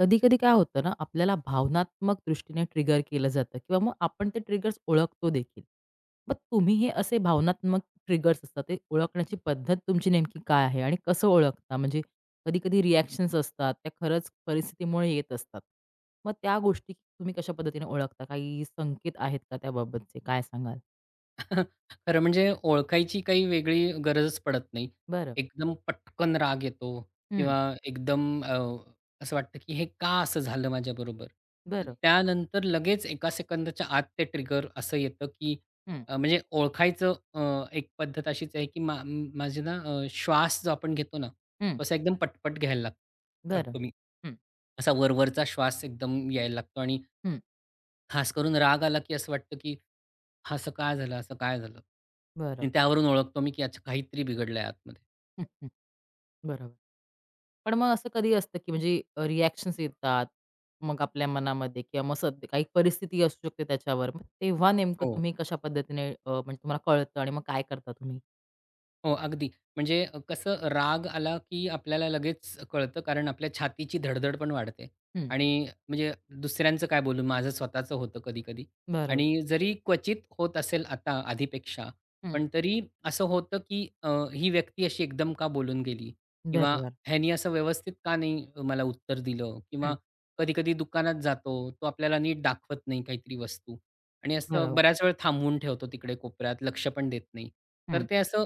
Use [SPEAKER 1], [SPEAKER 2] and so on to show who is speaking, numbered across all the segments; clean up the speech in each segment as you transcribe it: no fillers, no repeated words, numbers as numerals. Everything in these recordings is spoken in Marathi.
[SPEAKER 1] कधी-कधी काय होतं ना, आपल्याला भावनात्मक दृष्टीने ट्रिगर केलं जातं किंवा मग आपण ते ट्रिगर्स ओळखतो देखील. मग तुम्ही हे असे भावनात्मक ट्रिगर्स असतात, ते ओळखण्याची पद्धत तुमची नेमकी काय आहे आणि कसं ओळखता? म्हणजे कधी-कधी रिएक्शन्स असतात, त्या खरंच परिस्थितीमुळे येत असतात. मग त्या गोष्टी तुम्ही कशा पद्धतीने ओळखता? काही संकेत आहेत का त्याबाबतचे? काय सांगाल?
[SPEAKER 2] खरं म्हणजे ओळखायची काही वेगळी गरजच पडत नाही.
[SPEAKER 1] बरं.
[SPEAKER 2] एकदम पटकन राग येतो
[SPEAKER 1] हं.
[SPEAKER 2] किंवा एकदम असं वाटतं की हे का असं झालं माझ्याबरोबर?
[SPEAKER 1] बरं.
[SPEAKER 2] त्यानंतर लगेच एका सेकंदाच्या आत ते ट्रिगर असं येतं की
[SPEAKER 1] हं,
[SPEAKER 2] म्हणजे ओळखायचं एक पद्धत अशीच आहे की माझे ना श्वास जो आपण घेतो ना,
[SPEAKER 1] हं.
[SPEAKER 2] तो एकदम पटपट घ्यायला
[SPEAKER 1] बरं.
[SPEAKER 2] लागतो मी.
[SPEAKER 1] हं,
[SPEAKER 2] असा वरवरचा श्वास एकदम यायला लागतो आणि
[SPEAKER 1] हं.
[SPEAKER 2] खास करून राग आला की असं वाटतं की असं का झालं? असं काय झालं?
[SPEAKER 1] बरं.
[SPEAKER 2] आणि त्यावरून ओळखतो मी, की अच्छा काहीतरी बिघडलंय आतमध्ये.
[SPEAKER 1] हं, हं. बरोबर. पण मग असं कधी असतं, की म्हणजे रिॲक्शन्स येतात. मग आपल्या मनामध्ये किंवा मग सध्या काही परिस्थिती असू शकते त्याच्यावर. मग तेव्हा नेमकं
[SPEAKER 2] हो.
[SPEAKER 1] तुम्ही कशा पद्धतीने म्हणजे तुम्हाला कळतं आणि मग काय करता तुम्ही?
[SPEAKER 2] हो, अगदी. म्हणजे कसं राग आला की आपल्याला लगेच कळतं कारण आपल्या छातीची धडधड पण वाढते
[SPEAKER 1] हं.
[SPEAKER 2] आणि म्हणजे दुसऱ्यांचं काय बोलू, माझं स्वतःचं होतं कधी-कधी
[SPEAKER 1] बरोबर.
[SPEAKER 2] आणि जरी क्वचित होत असेल आता आधीपेक्षा,
[SPEAKER 1] हं.
[SPEAKER 2] पण तरी असं होतं की ही व्यक्ती अशी एकदम का बोलून गेली? किंवा
[SPEAKER 1] बरोबर.
[SPEAKER 2] ह्यानी असं व्यवस्थित का नाही मला उत्तर दिलं? किंवा
[SPEAKER 1] हं.
[SPEAKER 2] कधी-कधी दुकानात जातो, तो आपल्याला नीट दाखवत नाही काहीतरी वस्तू आणि असं
[SPEAKER 1] बरोबर.
[SPEAKER 2] बऱ्याच वेळ थांबवून ठेवतो तिकडे कोपऱ्यात, लक्ष पण देत नाही. तर
[SPEAKER 1] हं,
[SPEAKER 2] ते असं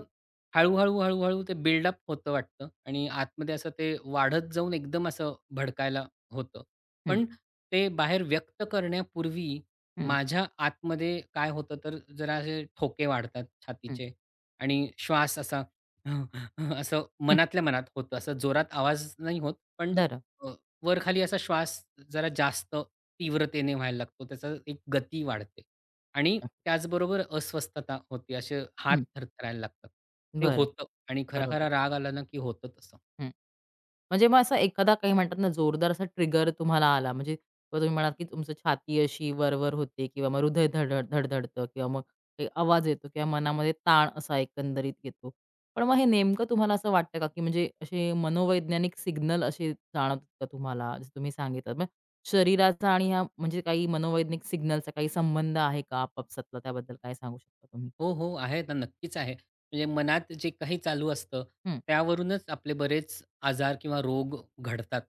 [SPEAKER 2] हळू-हळू, हळूहळू ते बिल्डअप होतं वाटतं आणि आतमध्ये असं ते वाढत जाऊन एकदम असं भडकायला होतं.
[SPEAKER 1] हं,
[SPEAKER 2] पण ते बाहेर व्यक्त करण्यापूर्वी
[SPEAKER 1] हं,
[SPEAKER 2] माझ्या आतमध्ये काय होतं तर जरा असे ठोके वाढतात
[SPEAKER 1] हं,
[SPEAKER 2] छातीचे आणि श्वास असा असं
[SPEAKER 1] हं.
[SPEAKER 2] मनातल्या मनात होतं. असा जोरात आवाज नाही होत, पण
[SPEAKER 1] बरं.
[SPEAKER 2] अ, वर-खाली असा श्वास जरा जास्त तीव्रतेने व्हायला लागतो. त्याचा एक गती वाढते. आणि त्याचबरोबर अस्वस्थता होते, असे हात
[SPEAKER 1] हं.
[SPEAKER 2] थरथरायला लागतात. ते
[SPEAKER 1] बरं.
[SPEAKER 2] होतं आणि
[SPEAKER 1] बरोबर.
[SPEAKER 2] खरा-खरा राग आला ना, की होतं तसं.
[SPEAKER 1] हं. म्हणजे मग असा एखादा काही म्हणतात ना, जोरदार असा ट्रिगर तुम्हाला आला, म्हणजे मग तुम्ही म्हणालात, की तुमचं छाती अशी वर होते किंवा मग हृदय धडधडतं किंवा मग काही आवाज येतो किंवा मनामध्ये ताण असा एकंदरीत येतो. पण मग हे नेमकं तुम्हाला असं वाटतं का, की म्हणजे असे मनोवैज्ञानिक सिग्नल असे जाणवतात का तुम्हाला? जसं तुम्ही सांगितलं. मग शरीराचा आणि ह्या म्हणजे काही मनोवैज्ञानिक सिग्नलचा काही संबंध आहे का आपापसातला? त्याबद्दल काय सांगू शकता तुम्ही?
[SPEAKER 2] हो, हो. आहे ना, नक्कीच आहे. म्हणजे मनात जे काही चालू असतं,
[SPEAKER 1] हं,
[SPEAKER 2] त्यावरूनच आपले बरेच आजार किंवा रोग घडतात.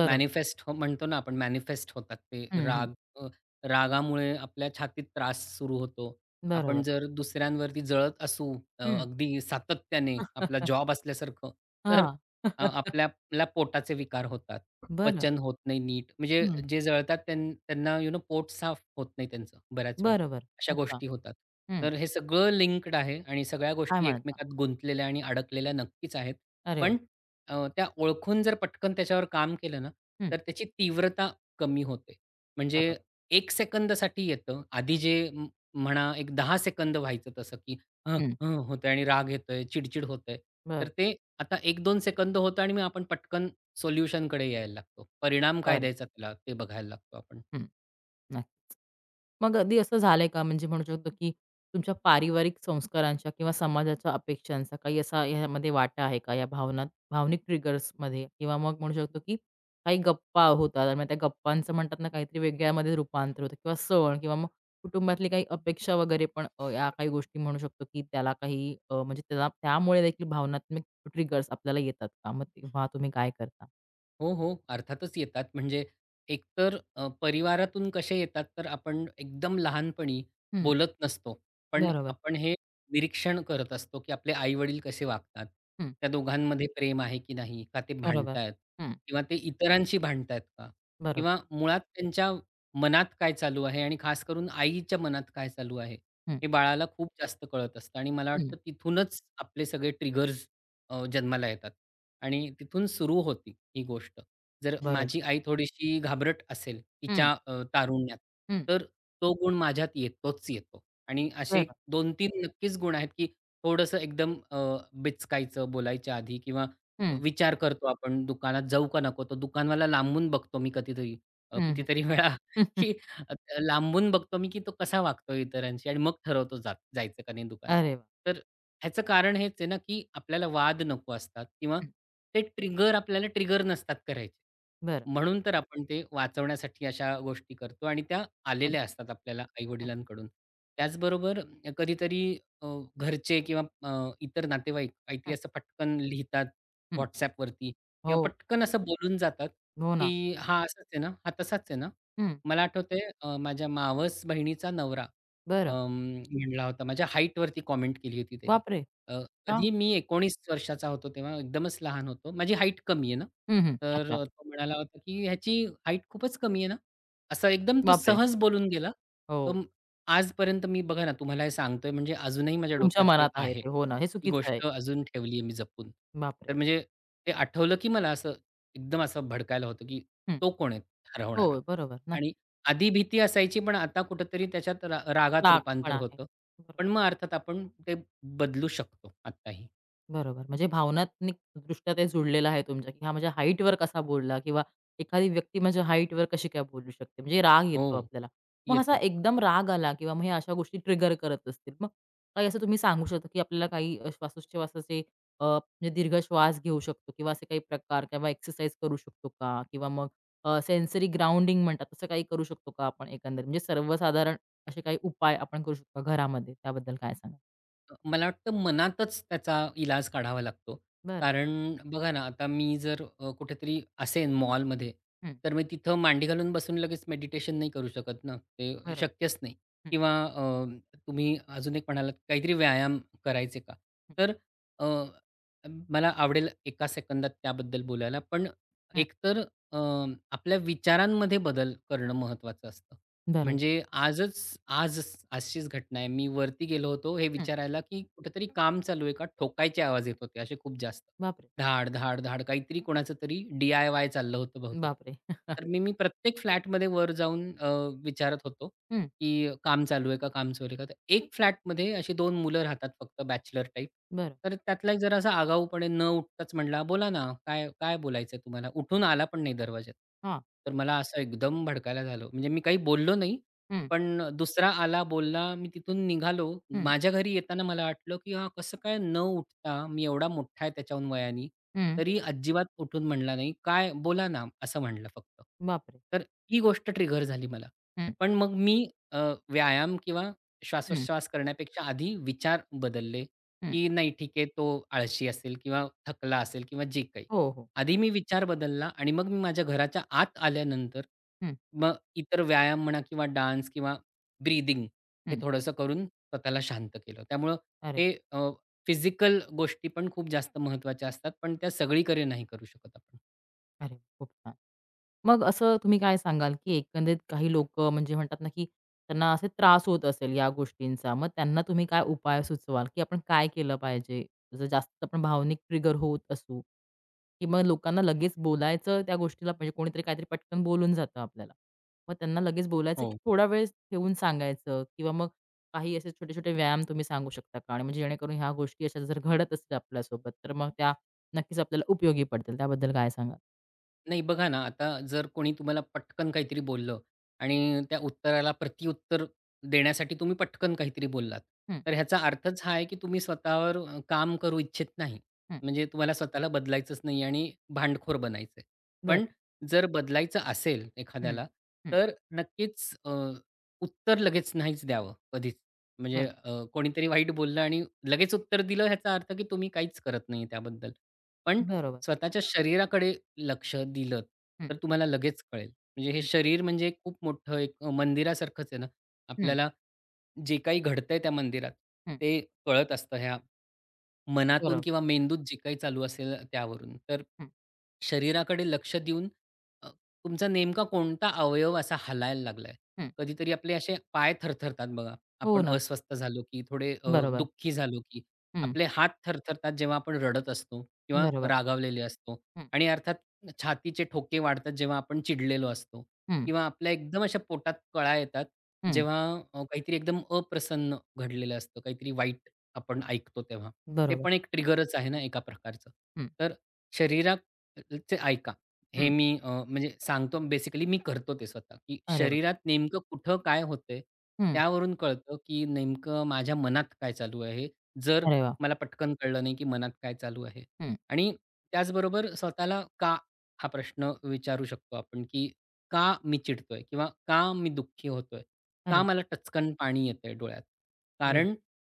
[SPEAKER 1] बरोबर.
[SPEAKER 2] मॅनिफेस्ट हो, म्हणतो ना आपण, मॅनिफेस्ट होतात ते
[SPEAKER 1] हं, हं.
[SPEAKER 2] राग. अ, रागामुळे आपल्या छातीत त्रास सुरू होतो. आपण
[SPEAKER 1] बरोबर.
[SPEAKER 2] जर दुसऱ्यांवरती जळत असू
[SPEAKER 1] हं.
[SPEAKER 2] अगदी सातत्याने आपला जॉब असल्यासारखं, तर
[SPEAKER 1] हां.
[SPEAKER 2] आपल्याला पोटाचे विकार होतात.
[SPEAKER 1] बरं.
[SPEAKER 2] पचन होत नाही नीट. म्हणजे जे जळतात त्यांना यू नो पोट साफ होत नाही त्यांचं बऱ्याच वेळा.
[SPEAKER 1] बरोबर.
[SPEAKER 2] अशा
[SPEAKER 1] अच्छा.
[SPEAKER 2] गोष्टी होतात.
[SPEAKER 1] हं.
[SPEAKER 2] तर हे सगळं लिंक्ड आहे आणि सगळ्या
[SPEAKER 1] काय
[SPEAKER 2] गोष्टी
[SPEAKER 1] म्हणता?
[SPEAKER 2] एकमेकात गुंतलेल्या आणि अडकलेल्या नक्कीच आहेत.
[SPEAKER 1] अरे वाह!
[SPEAKER 2] पण त्या ओळखून जर पटकन त्याच्यावर काम केलं ना,
[SPEAKER 1] हं.
[SPEAKER 2] तर त्याची तीव्रता कमी होते. म्हणजे
[SPEAKER 1] बरोबर.
[SPEAKER 2] 1 सेकंदासाठी येतं. आधी
[SPEAKER 1] हं,
[SPEAKER 2] जे म्हणा एक 10 सेकंद व्हायचं तसं, की "हं,
[SPEAKER 1] हं.
[SPEAKER 2] हं" होतंय आणि राग येतोय, चिड-चिड होतंय. तर
[SPEAKER 1] बरं,
[SPEAKER 2] ते आता 1-2 सेकंद होतं आणि मग आपण पटकन सोल्युशनकडे यायला लागतो. परिणाम काय
[SPEAKER 1] बरं.
[SPEAKER 2] द्यायचा त्याला ते बघायला लागतो आपण.
[SPEAKER 1] हं. नक्की. मग अगदी असं झालंय का म्हणजे म्हणू शकतो, की तुमच्या पारिवारिक संस्कारांच्या किंवा समाजाच्या अपेक्षांचा काही असा ह्यामध्ये वाटा आहे का? या भावनिक ट्रिगर्समध्ये किंवा मग म्हणू शकतो, की काही गप्पा होतात आणि मग त्या गप्पांचं म्हणतात ना काहीतरी वेगळ्यामध्ये रूपांतर होतं किंवा सण किंवा मग कुटुंबातली काही अपेक्षा वगैरे पण या काही गोष्टी म्हणू शकतो, की त्याला काही म्हणजे त्याला त्यामुळे देखील भावनात्मक ट्रिगर्स आपल्याला येतात का? मग तेव्हा तुम्ही काय करता?
[SPEAKER 2] हो, हो. अर्थातच येतात. म्हणजे एकतर परिवारातून कसे येतात, तर आपण एकदम लहानपणी
[SPEAKER 1] हं,
[SPEAKER 2] बोलत नसतो. पण
[SPEAKER 1] बरोबर.
[SPEAKER 2] आपण हे निरीक्षण करत असतो, की आपले आई-वडील कसे वागतात.
[SPEAKER 1] हं,
[SPEAKER 2] त्या दोघांमध्ये प्रेम आहे की नाही? का ते
[SPEAKER 1] बरोबर.
[SPEAKER 2] भांडतायत?
[SPEAKER 1] हं,
[SPEAKER 2] किंवा ते इतरांशी भांडतायत का? किंवा
[SPEAKER 1] बरोबर.
[SPEAKER 2] मुळात त्यांच्या मनात काय चालू आहे आणि खास करून आईच्या मनात काय चालू आहे?
[SPEAKER 1] हं,
[SPEAKER 2] हे बाळाला खूप जास्त कळत असतं आणि मला
[SPEAKER 1] हं,
[SPEAKER 2] वाटतं तिथूनच आपले सगळे ट्रिगर्स जन्माला येतात आणि तिथून सुरू होती ही गोष्ट. जर
[SPEAKER 1] बरोबर.
[SPEAKER 2] माझी आई थोडीशी घाबरट असेल
[SPEAKER 1] हं,
[SPEAKER 2] तिच्या तारुण्यात,
[SPEAKER 1] हं.
[SPEAKER 2] तर तो गुण माझ्यात येतोच येतो. आणि असे
[SPEAKER 1] बरं.
[SPEAKER 2] 2-3 नक्कीच गुण आहेत, की थोडंसं एकदम बिचकायचं बोलायच्या आधी किंवा
[SPEAKER 1] हं,
[SPEAKER 2] विचार करतो आपण दुकानात जाऊ का नको? तो दुकानवाला लांबून बघतो मी कधीतरी
[SPEAKER 1] हं, हं.
[SPEAKER 2] कितीतरी वेळा की अ, लांबून बघतो मी, की तो कसा वागतो इतरांशी आणि मग ठरवतो जायचं का नाही दुकानात.
[SPEAKER 1] अरे वाह!
[SPEAKER 2] तर ह्याचं कारण हेच आहे ना, की आपल्याला वाद नको असतात किंवा
[SPEAKER 1] हं,
[SPEAKER 2] ते ट्रिगर आपल्याला ट्रिगर नसतात करायचे.
[SPEAKER 1] बरं.
[SPEAKER 2] म्हणून तर आपण ते वाचवण्यासाठी अशा गोष्टी करतो आणि त्या
[SPEAKER 1] हं,
[SPEAKER 2] आलेल्या असतात आपल्याला
[SPEAKER 1] हं,
[SPEAKER 2] आई-वडिलांकडून. त्याचबरोबर कधीतरी अ, घरचे किंवा इतर नातेवाईक काहीतरी
[SPEAKER 1] हं,
[SPEAKER 2] असं पटकन लिहितात
[SPEAKER 1] हं.
[SPEAKER 2] WhatsAppवरती किंवा
[SPEAKER 1] हो,
[SPEAKER 2] पटकन असं बोलून जातात,
[SPEAKER 1] हो ना.
[SPEAKER 2] की "हा असाच आहे ना? हा तसाच आहे ना?"
[SPEAKER 1] हं,
[SPEAKER 2] मला आठवतंय माझ्या मावस बहिणीचा नवरा
[SPEAKER 1] बरं.
[SPEAKER 2] अं, म्हणला होता माझ्या हाईटवरती कॉमेंट केली होती त्यांनी.
[SPEAKER 1] बापरे!
[SPEAKER 2] अ,
[SPEAKER 1] का?
[SPEAKER 2] कधी मी 19 वर्षाचा होतो तेव्हा एकदमच लहान होतो. माझी हाईट कमी आहे ना.
[SPEAKER 1] हं, हं.
[SPEAKER 2] तर
[SPEAKER 1] अच्छा.
[SPEAKER 2] तो म्हणाला होता, की "ह्याची हाईट खूपच कमी आहे ना?" असं एकदम तो
[SPEAKER 1] बापरे!
[SPEAKER 2] सहज बोलून गेला. तो
[SPEAKER 1] हो,
[SPEAKER 2] तर आजपर्यंत मी बघा ना तुम्हाला हे सांगतोय म्हणजे अजूनही माझ्या
[SPEAKER 1] तुमच्या
[SPEAKER 2] डोक्यात ते
[SPEAKER 1] मनात आहे
[SPEAKER 2] आहे.
[SPEAKER 1] ते. हो ना, हे
[SPEAKER 2] ती
[SPEAKER 1] चुकीचं आहे.
[SPEAKER 2] गोष्ट अजून ठेवली आहे मी जपून.
[SPEAKER 1] बापरे!
[SPEAKER 2] तर म्हणजे ते आठवलं, की मला असं एकदम असं भडकायला होतं, की
[SPEAKER 1] हं.
[SPEAKER 2] तो कोण आहे ठरवणारा?
[SPEAKER 1] हो, बरोबर. नक्की.
[SPEAKER 2] आणि आधी भीती असायची पण आता कुठेतरी त्याच्यात रागात
[SPEAKER 1] राग पण
[SPEAKER 2] रूपांतर
[SPEAKER 1] आहे.
[SPEAKER 2] होतं.
[SPEAKER 1] बरोबर.
[SPEAKER 2] पण मग अर्थात आपण ते बदलू शकतो आत्ताही.
[SPEAKER 1] बरोबर. म्हणजे भावनात्मकदृष्ट्या ते जुळलेलं आहे तुमच्या, की हा माझ्या हाईटवर कसा बोलला किंवा एखादी व्यक्ती माझ्या हाईटवर कशी काय बोलू शकते, म्हणजे राग
[SPEAKER 2] हो,
[SPEAKER 1] येतो आपल्याला. मग असा
[SPEAKER 2] येतो.
[SPEAKER 1] एकदम राग आला किंवा मग ह्या अशा गोष्टी ट्रिगर करत असतील. मग काही असं तुम्ही सांगू शकता, की आपल्याला काही श्वासोच्छवासाचे म्हणजे दीर्घ श्वास घेऊ शकतो किंवा असे काही प्रकार किंवा एक्सरसाइज करू शकतो का? किंवा मग सेन्सरी ग्राउंडिंग म्हणतात, तसं काही करू शकतो का आपण एकंदरीत? म्हणजे सर्वसाधारण असे काही उपाय आपण करू शकतो का घरामध्ये? त्याबद्दल काय सांगाल?
[SPEAKER 2] मला वाटतं मनातच त्याचा इलाज काढावा लागतो.
[SPEAKER 1] बरं.
[SPEAKER 2] कारण बघा ना, आता मी जर कुठेतरी असेन मॉलमध्ये,
[SPEAKER 1] हं.
[SPEAKER 2] तर मी तिथं मांडी घालून बसून लगेच मेडिटेशन नाही करू शकत ना. ते
[SPEAKER 1] बरोबर.
[SPEAKER 2] शक्यच नाही.
[SPEAKER 1] हं,
[SPEAKER 2] किंवा तुम्ही अजून एक म्हणालात, काहीतरी व्यायाम करायचे का?
[SPEAKER 1] हं,
[SPEAKER 2] तर अ, मला आवडेल एका सेकंदात त्याबद्दल बोलायला. पण
[SPEAKER 1] हं.
[SPEAKER 2] एकतर अ, आपल्या विचारांमध्ये बदल करणं महत्त्वाचं असतं.
[SPEAKER 1] बरोबर.
[SPEAKER 2] म्हणजे आज आजचीच घटना आहे. मी वरती गेलो होतो हे
[SPEAKER 1] हं.
[SPEAKER 2] विचारायला, की कुठेतरी काम चालू आहे का? ठोकायचे आवाज येत होते असे खूप जास्त.
[SPEAKER 1] बापरे!
[SPEAKER 2] धाड, धाड, धाड काहीतरी कोणाचं तरी DIY चाललं होतं बहुतेक.
[SPEAKER 1] बापरे!
[SPEAKER 2] तर मी मी प्रत्येक फ्लॅटमध्ये वर जाऊन विचारत होतो,
[SPEAKER 1] हं.
[SPEAKER 2] की काम चालू आहे का, काम चालू आहे का? तर एक फ्लॅटमध्ये अशी 2 मुलं राहतात फक्त बॅचलर टाइप.
[SPEAKER 1] बरं.
[SPEAKER 2] तर त्यातला एक जरासा आगाऊपणे न उठताच म्हटला, "बोला ना, काय काय बोलायचंय तुम्हाला?" उठून आला पण नाही दरवाजात.
[SPEAKER 1] हां.
[SPEAKER 2] तर मला असं एकदम भडकायला झालं. म्हणजे मी काही बोललो नाही.
[SPEAKER 1] हं,
[SPEAKER 2] पण दुसरा आला, बोलला. मी तिथून निघालो.
[SPEAKER 1] हं,
[SPEAKER 2] माझ्या घरी येताना मला वाटलं, की हा कसं काय न उठता, मी एवढा मोठा आहे त्याच्याहून वयाने,
[SPEAKER 1] हं.
[SPEAKER 2] तरी अजिबात उठून म्हणला नाही. "काय बोला ना," असं म्हणलं फक्त.
[SPEAKER 1] बापरे!
[SPEAKER 2] तर ही गोष्ट ट्रिगर झाली मला.
[SPEAKER 1] हं,
[SPEAKER 2] पण मग मी अ, व्यायाम किंवा
[SPEAKER 1] हं,
[SPEAKER 2] श्वासोच्छ्वास करण्यापेक्षा आधी विचार बदलले,
[SPEAKER 1] हं.
[SPEAKER 2] की नाही ठीक आहे तो आळशी असेल किंवा थकला असेल किंवा जे काही.
[SPEAKER 1] हो, हो.
[SPEAKER 2] आधी मी विचार बदलला आणि मग मी माझ्या घराच्या आत आल्यानंतर,
[SPEAKER 1] हं,
[SPEAKER 2] मग इतर व्यायाम म्हणा किंवा डान्स किंवा ब्रीथिंग हे
[SPEAKER 1] हं.
[SPEAKER 2] थोडंसं करून स्वतःला शांत केलं. त्यामुळं
[SPEAKER 1] अरे
[SPEAKER 2] हे
[SPEAKER 1] वाह!
[SPEAKER 2] फिजिकल गोष्टी पण खूप जास्त महत्त्वाच्या असतात, पण त्या सगळीकडे नाही करू शकत आपण.
[SPEAKER 1] अरे वाह! खूप छान. मग असं तुम्ही काय सांगाल, की एकंदरीत काही लोकं म्हणजे म्हणतात ना, की त्यांना असे त्रास होत असेल या गोष्टींचा. मग त्यांना तुम्ही काय उपाय सुचवाल, की आपण काय केलं पाहिजे? जर जास्त आपण भावनिक ट्रिगर होत असू, की मग लोकांना लगेच बोलायचं त्या गोष्टीला म्हणजे कोणीतरी काहीतरी पटकन बोलून जातं आपल्याला. मग त्यांना लगेच बोलायचं, की थोडा वेळ ठेवून सांगायचं किंवा मग काही असे छोटे-छोटे व्यायाम तुम्ही सांगू शकता का? आणि म्हणजे जेणेकरून ह्या गोष्टी अशा जर घडत असतील आपल्यासोबत, तर मग त्या नक्कीच आपल्याला उपयोगी पडतील. त्याबद्दल काय सांगाल?
[SPEAKER 2] नाही बघा ना, आता जर कोणी तुम्हाला पटकन काहीतरी बोललं आणि त्या उत्तराला प्रत्युत्तर देण्यासाठी तुम्ही पटकन काहीतरी बोललात, तर ह्याचा अर्थच हा आहे की तुम्ही स्वतःवर काम करू इच्छित नाही. म्हणजे तुम्हाला स्वतःला बदलायचंच नाही आणि भांडखोर बनायचंय. पण जर बदलायचं असेल
[SPEAKER 1] हं,
[SPEAKER 2] एखाद्याला,
[SPEAKER 1] हं.
[SPEAKER 2] तर नक्कीच उत्तर लगेच नाहीच द्यावं कधीच. म्हणजे
[SPEAKER 1] बरं.
[SPEAKER 2] कोणीतरी वाईट बोललं आणि लगेच उत्तर दिलं ह्याचा अर्थ की तुम्ही काहीच करत नाही त्याबद्दल. पण
[SPEAKER 1] बरोबर.
[SPEAKER 2] स्वतःच्या शरीराकडे लक्ष दिलत,
[SPEAKER 1] हं,
[SPEAKER 2] तर तुम्हाला लगेच कळेल. म्हणजे हे
[SPEAKER 1] हं,
[SPEAKER 2] शरीर म्हणजे एक खूप मोठं एक मंदिरासारखंच आहे ना.
[SPEAKER 1] हं,
[SPEAKER 2] आपल्याला जे काही घडतंय त्या मंदिरात,
[SPEAKER 1] हं.
[SPEAKER 2] ते कळत असतं ह्या मनातून
[SPEAKER 1] बरोबर.
[SPEAKER 2] किंवा मेंदूत जे काही चालू असेल त्यावरून. तर
[SPEAKER 1] हं,
[SPEAKER 2] शरीराकडे लक्ष देऊन अ, तुमचा नेमका कोणता अवयव असा हलायला लागलाय.
[SPEAKER 1] हं.
[SPEAKER 2] कधीतरी आपले असे पाय थरथरतात बघा.
[SPEAKER 1] हो
[SPEAKER 2] आपण
[SPEAKER 1] ना.
[SPEAKER 2] अस्वस्थ झालो, की थोडे
[SPEAKER 1] बरोबर.
[SPEAKER 2] दुःखी झालो, की
[SPEAKER 1] हं.
[SPEAKER 2] आपले हात थरथरतात जेव्हा आपण रडत असतो. किंवा
[SPEAKER 1] बरोबर.
[SPEAKER 2] रागावलेले असतो
[SPEAKER 1] हं,
[SPEAKER 2] आणि अर्थात छातीचे ठोके वाढतात जेव्हा आपण चिडलेलो असतो
[SPEAKER 1] हं,
[SPEAKER 2] किंवा आपल्या एकदम अशा पोटात कळा येतात
[SPEAKER 1] हं.
[SPEAKER 2] जेव्हा काहीतरी एकदम अप्रसन्न घडलेलं असतं, काहीतरी वाईट आपण ऐकतो तेव्हा. ते
[SPEAKER 1] बरोबर.
[SPEAKER 2] पण एक ट्रिगरच आहे ना एका प्रकारचं.
[SPEAKER 1] हं,
[SPEAKER 2] तर शरीराचे ऐका. हे
[SPEAKER 1] हं.
[SPEAKER 2] मी म्हणजे सांगतो बेसिकली मी करतो ते स्वतः, की
[SPEAKER 1] अरे वाह!
[SPEAKER 2] शरीरात नेमकं कुठं काय होतंय,
[SPEAKER 1] हं.
[SPEAKER 2] त्यावरून कळतं की नेमकं माझ्या मनात काय चालू आहे. जर
[SPEAKER 1] अरे वाह!
[SPEAKER 2] मला पटकन कळलं नाही की मनात काय चालू आहे.
[SPEAKER 1] हं.
[SPEAKER 2] आणि त्याचबरोबर स्वतःला "का?" हा प्रश्न विचारू शकतो आपण, की "का मी चिडतोय?" किंवा "का मी दुःखी होतोय? का
[SPEAKER 1] अरे
[SPEAKER 2] मला टचकन पाणी येतंय डोळ्यात?"
[SPEAKER 1] बरं.
[SPEAKER 2] कारण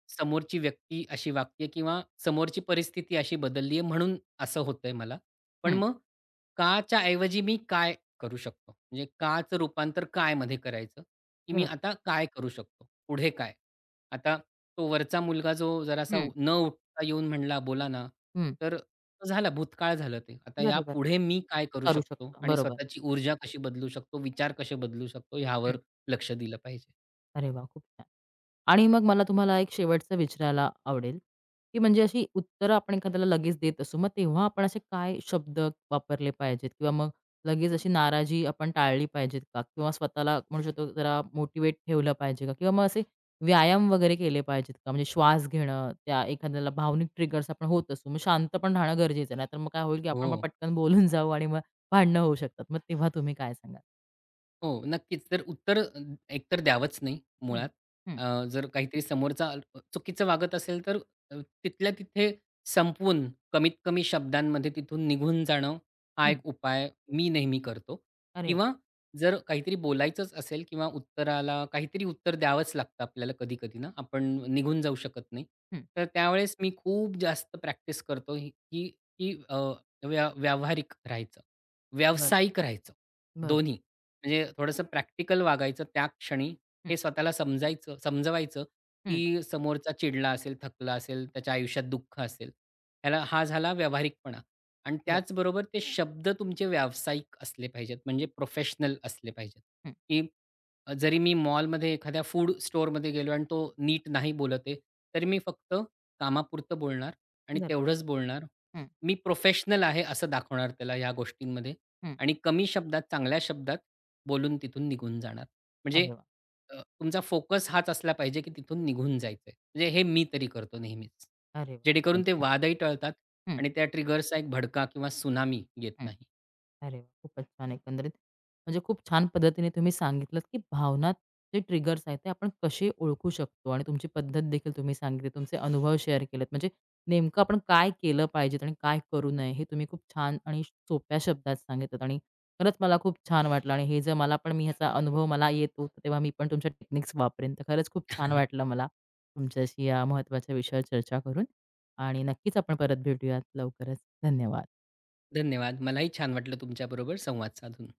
[SPEAKER 2] समोरची व्यक्ती अशी वागते किंवा समोरची परिस्थिती अशी बदलली आहे म्हणून असं होतंय मला. पण
[SPEAKER 1] हं,
[SPEAKER 2] मग "का" च्या ऐवजी मी "काय" करू शकतो? म्हणजे "का" चं रूपांतर "काय" मध्ये करायचं, की मी
[SPEAKER 1] बरं.
[SPEAKER 2] आता काय करू शकतो? पुढे काय? आता तो वरचा मुलगा जो जरासा
[SPEAKER 1] हं,
[SPEAKER 2] न उठता येऊन म्हणला, "बोला ना."
[SPEAKER 1] हं.
[SPEAKER 2] तर झाला भूतकाळ झालं ते. आता
[SPEAKER 1] बरोबर.
[SPEAKER 2] यापुढे मी काय करू
[SPEAKER 1] करू
[SPEAKER 2] शकतो
[SPEAKER 1] शकतो.
[SPEAKER 2] आणि
[SPEAKER 1] बरोबर.
[SPEAKER 2] स्वतःची ऊर्जा कशी बदलू शकतो, विचार कसे बदलू शकतो
[SPEAKER 1] हं.
[SPEAKER 2] ह्यावर लक्ष दिलं पाहिजे.
[SPEAKER 1] अरे वाह! खूप छान. आणि मग मला तुम्हाला एक शेवटचं विचारायला आवडेल, की म्हणजे अशी उत्तरं आपण एखाद्याला लगेच देत असू. मग तेव्हा आपण असे काय शब्द वापरले पाहिजेत? किंवा मग लगेच अशी नाराजी आपण टाळली पाहिजेत का? किंवा स्वतःला म्हणू शकतो जरा मोटिव्हेट ठेवलं पाहिजे का? किंवा मग असे व्यायाम वगैरे केले पाहिजेत का? म्हणजे श्वास घेणं, त्या एखाद्याला भावनिक ट्रिगर्स आपण होत असू, मग शांत पण राहणं गरजेचं आहे. नाहीतर मग काय होईल, की आपण मग
[SPEAKER 2] हो.
[SPEAKER 1] पटकन बोलून जाऊ आणि मग भांडणं होऊ शकतात. मग तेव्हा तुम्ही काय सांगाल?
[SPEAKER 2] हो, नक्कीच. तर उत्तर एकतर द्यावंच नाही
[SPEAKER 1] हं,
[SPEAKER 2] मुळात.
[SPEAKER 1] हं,
[SPEAKER 2] जर काहीतरी समोरचा चुकीचं वागत असेल, तर तिथल्या तिथे संपवून, कमीत कमी शब्दांमध्ये तिथून निघून जाणं, हा
[SPEAKER 1] हं.
[SPEAKER 2] एक उपाय मी नेहमी करतो.
[SPEAKER 1] अरे वाह!
[SPEAKER 2] किंवा जर काहीतरी बोलायचंच असेल किंवा उत्तराला काहीतरी उत्तर द्यावंच लागतं आपल्याला कधी-कधी ना, आपण निघून जाऊ शकत नाही.
[SPEAKER 1] हं.
[SPEAKER 2] तर त्यावेळेस मी खूप जास्त प्रॅक्टिस करतो ही की की अ, व्यावहारिक राहायचं,
[SPEAKER 1] बरं,
[SPEAKER 2] व्यावसायिक राहायचं,
[SPEAKER 1] बरं.
[SPEAKER 2] दोन्ही. म्हणजे थोडंसं प्रॅक्टिकल वागायचं त्या क्षणी,
[SPEAKER 1] हं,
[SPEAKER 2] हे स्वतःला समजवायचं,
[SPEAKER 1] हं.
[SPEAKER 2] की समोरचा चिडला असेल, थकला असेल, त्याच्या आयुष्यात दुःख असेल. ह्याला हा झाला व्यावहारिकपणा आणि
[SPEAKER 1] बरं.
[SPEAKER 2] त्याचबरोबर ते शब्द तुमचे व्यावसायिक असले पाहिजेत, म्हणजे प्रोफेशनल असले पाहिजेत,
[SPEAKER 1] हं.
[SPEAKER 2] की जरी मी मॉलमध्ये एखाद्या फूड स्टोअरमध्ये गेलो आणि तो नीट नाही बोलत आहे, तरी मी फक्त कामापुरतं बोलणार आणि
[SPEAKER 1] बरं.
[SPEAKER 2] तेवढंच बोलणार.
[SPEAKER 1] हं,
[SPEAKER 2] मी प्रोफेशनल आहे असं दाखवणार त्याला ह्या गोष्टींमध्ये
[SPEAKER 1] हं.
[SPEAKER 2] आणि कमी शब्दात, चांगल्या शब्दात बोलून तिथून निघून जाणार. म्हणजे
[SPEAKER 1] अरे वाह!
[SPEAKER 2] तुमचा फोकस हाच असला पाहिजे, की तिथून निघून जायचंय. म्हणजे हे मी तरी करतो नेहमीच.
[SPEAKER 1] अरे वाह!
[SPEAKER 2] जेणेकरून ते
[SPEAKER 1] अच्छा.
[SPEAKER 2] वादही टळतात
[SPEAKER 1] हं,
[SPEAKER 2] आणि त्या ट्रिगर्सचा एक भडका किंवा त्सुनामी येत
[SPEAKER 1] हं.
[SPEAKER 2] नाही.
[SPEAKER 1] अरे वाह! खूपच छान एकंदरीत. म्हणजे खूप छान पद्धतीने तुम्ही सांगितलत, की भावना जे ट्रिगर्स आहेत, ते आपण कसे ओळखू शकतो आणि तुमची पद्धत देखील तुम्ही सांगितली. तुमचे अनुभव शेअर केलेत. म्हणजे नेमकं आपण काय केलं पाहिजेत आणि काय करू नये, हे तुम्ही खूप छान आणि सोप्या शब्दात सांगितलत आणि खरंच मला खूप छान वाटलं आणि हे जर मला पण मी ह्याचा अनुभव मला येतो, तर तेव्हा मी पण तुमच्या टेक्निक्स वापरेन. तर खरंच खूप छान वाटलं मला तुमच्याशी या महत्त्वाच्या विषयावर चर्चा करून आणि नक्कीच आपण परत भेटूयात लवकरच. धन्यवाद.
[SPEAKER 2] धन्यवाद. मलाही छान वाटलं तुमच्याबरोबर संवाद साधून.